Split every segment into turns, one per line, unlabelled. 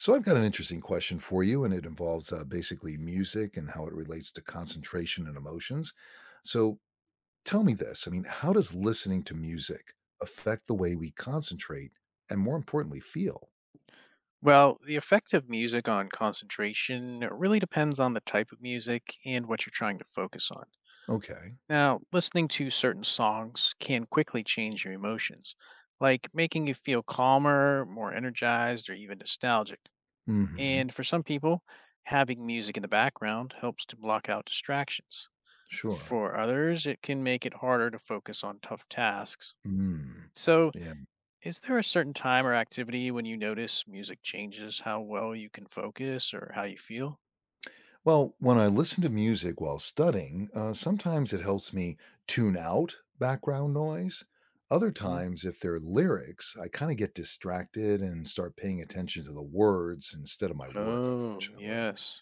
So I've got an interesting question for you, and it involves basically music and how it relates to concentration and emotions. So tell me this: I mean, how does listening to music affect the way we concentrate and, more importantly, feel?
Well, the effect of music on concentration really depends on the type of music and what you're trying to focus on.
Okay.
Now, listening to certain songs can quickly change your emotions, like making you feel calmer, more energized, or even nostalgic.
Hmm.
And for some people, having music in the background helps to block out distractions.
Sure.
For others, it can make it harder to focus on tough tasks.
Hmm.
So,
Yeah.
is there a certain time or activity when you notice music changes how well you can focus or how you feel?
Well, when I listen to music while studying, sometimes it helps me tune out background noise. Other
Mhm.
times, if there are lyrics, I kind of get distracted and start paying attention to the words instead of my work,
Oh,
unfortunately.
yes.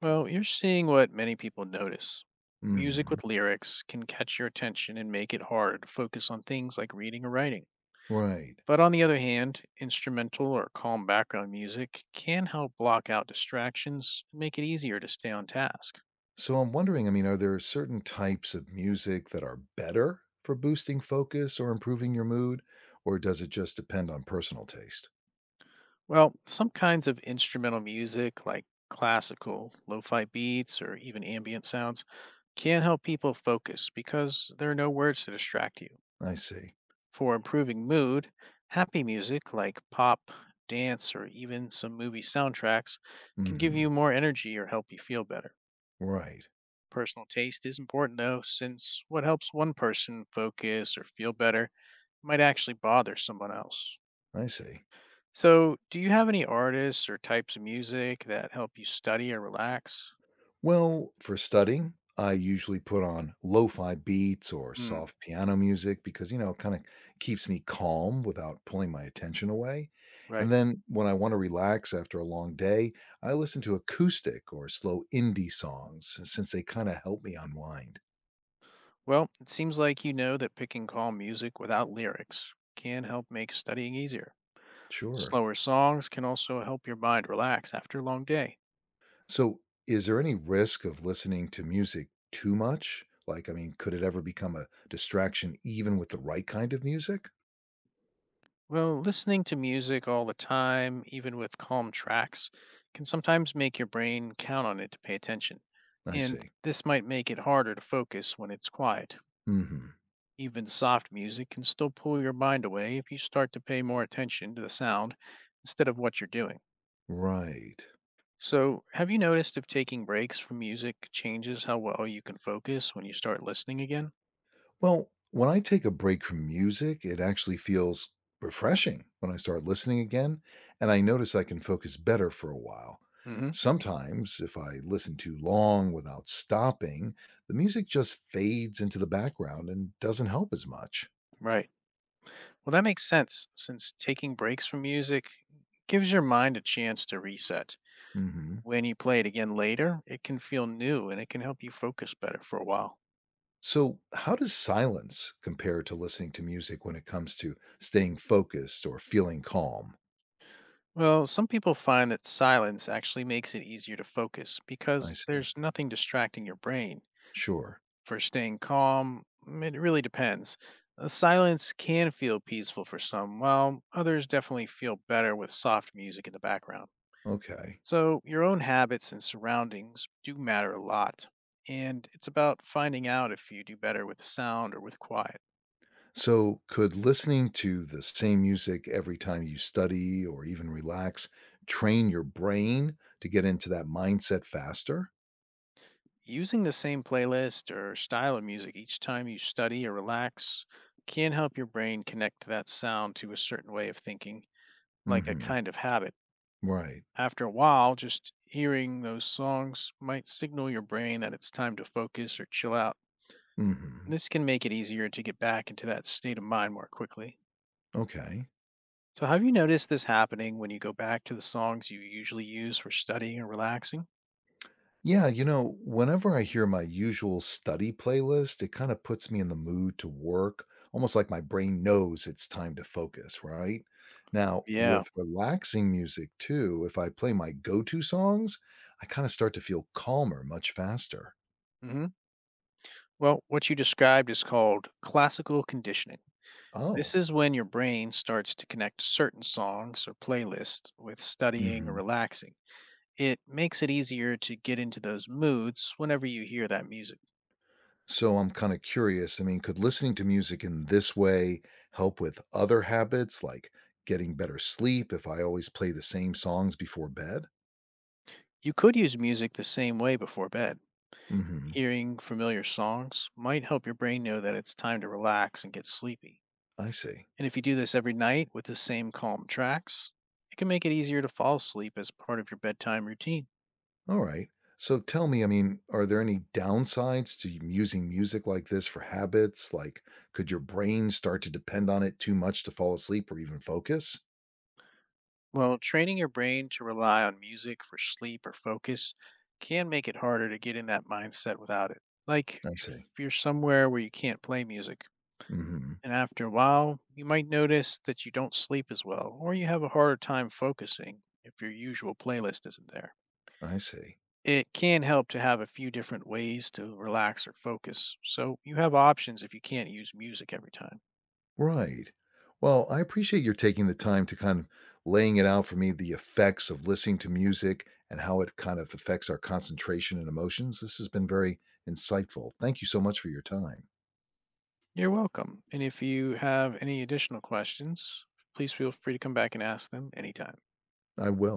Well, you're seeing what many people notice. Music
Hmm,
with lyrics can catch your attention and make it hard to focus on things like reading or writing.
right.
But on the other hand, instrumental or calm background music can help block out distractions and make it easier to stay on task.
So I'm wondering, I mean, are there certain types of music that are better for boosting focus or improving your mood? Or does it just depend on personal taste?
Well, some kinds of instrumental music, like classical, lo fi beats, or even ambient sounds, can help people focus because there are no words to distract you.
I see.
For improving mood, happy music like pop, dance, or even some movie soundtracks can give
Hmm,
you more energy or help you feel better.
right.
Personal taste is important though, since what helps one person focus or feel better might actually bother someone else.
I see.
So, do you have any artists or types of music that help you study or relax?
Well, for studying, I usually put on lo-fi beats or
Hmm,
soft piano music because, it kind of keeps me calm without pulling my attention away. And
right.
then when I want to relax after a long day, I listen to acoustic or slow indie songs since they kind of help me unwind.
Well, it seems like you know that picking calm music without lyrics can help make studying easier.
Sure.
Slower songs can also help your mind relax after a long day.
So, is there any risk of listening to music too much? Like, I mean, could it ever become a distraction even with the right kind of music?
Well, listening to music all the time, even with calm tracks, can sometimes make your brain count on it to pay attention.
I
And
see.
this might make it harder to focus when it's quiet.
Mhm.
Even soft music can still pull your mind away if you start to pay more attention to the sound instead of what you're doing.
Right.
So, have you noticed if taking breaks from music changes how well you can focus when you start listening again?
Well, when I take a break from music, it actually feels refreshing when I start listening again, and I notice I can focus better for a while.
Hmm.
Sometimes, if I listen too long without stopping, the music just fades into the background and doesn't help as much.
Right. Well, that makes sense since taking breaks from music gives your mind a chance to reset.
Hmm.
When you play it again later, it can feel new and it can help you focus better for a while.
So, how does silence compare to listening to music when it comes to staying focused or feeling calm?
Well, some people find that silence actually makes it easier to focus
I
because
see.
there's nothing distracting your brain.
Sure.
For staying calm, mm, it really depends. Silence can feel peaceful for some, while others definitely feel better with soft music in the background.
Okay.
So, your own habits and surroundings do matter a lot, and it's about finding out if you do better with sound or with quiet.
So, could listening to the same music every time you study or even relax train your brain to get into that mindset faster?
Using the same playlist or style of music each time you study or relax can help your brain connect that sound to a certain way of thinking, like a
Mhm.
kind of habit.
Right.
After a while, just hearing those songs might signal your brain that it's time to focus or chill out.
Mhm.
This can make it easier to get back into that state of mind more quickly.
Okay.
So, have you noticed this happening when you go back to the songs you usually use for studying or relaxing?
Yeah, whenever I hear my usual study playlist, it kind of puts me in the mood to work, almost like my brain knows it's time to focus, right? Now,
Yeah.
with relaxing music too, if I play my go-to songs, I kind of start to feel calmer much faster.
Hmm. Well, what you described is called classical conditioning. This
Oh.
is when your brain starts to connect certain songs or playlists with studying or
Mm-hmm.
relaxing. It makes it easier to get into those moods whenever you hear that music.
So I'm kind of curious. I mean, could listening to music in this way help with other habits like getting better sleep if I always play the same songs before bed?
You could use music the same way before bed.
Hmm.
Hearing familiar songs might help your brain know that it's time to relax and get sleepy.
I see.
And if you do this every night with the same calm tracks, it can make it easier to fall asleep as part of your bedtime routine.
All right. So tell me, I mean, are there any downsides to using music like this for habits? Like, could your brain start to depend on it too much to fall asleep or even focus?
Well, training your brain to rely on music for sleep or focus can make it harder to get in that mindset without it. Like
I see.
if you're somewhere where you can't play music.
Hmm.
And after a while, you might notice that you don't sleep as well, or you have a harder time focusing if your usual playlist isn't there.
I see.
It can help to have a few different ways to relax or focus, so you have options if you can't use music every time.
Right. Well, I appreciate your taking the time to kind of laying it out for me the effects of listening to music and how it kind of affects our concentration and emotions. This has been very insightful. Thank you so much for your time.
You're welcome. And if you have any additional questions, please feel free to come back and ask them anytime.
I will.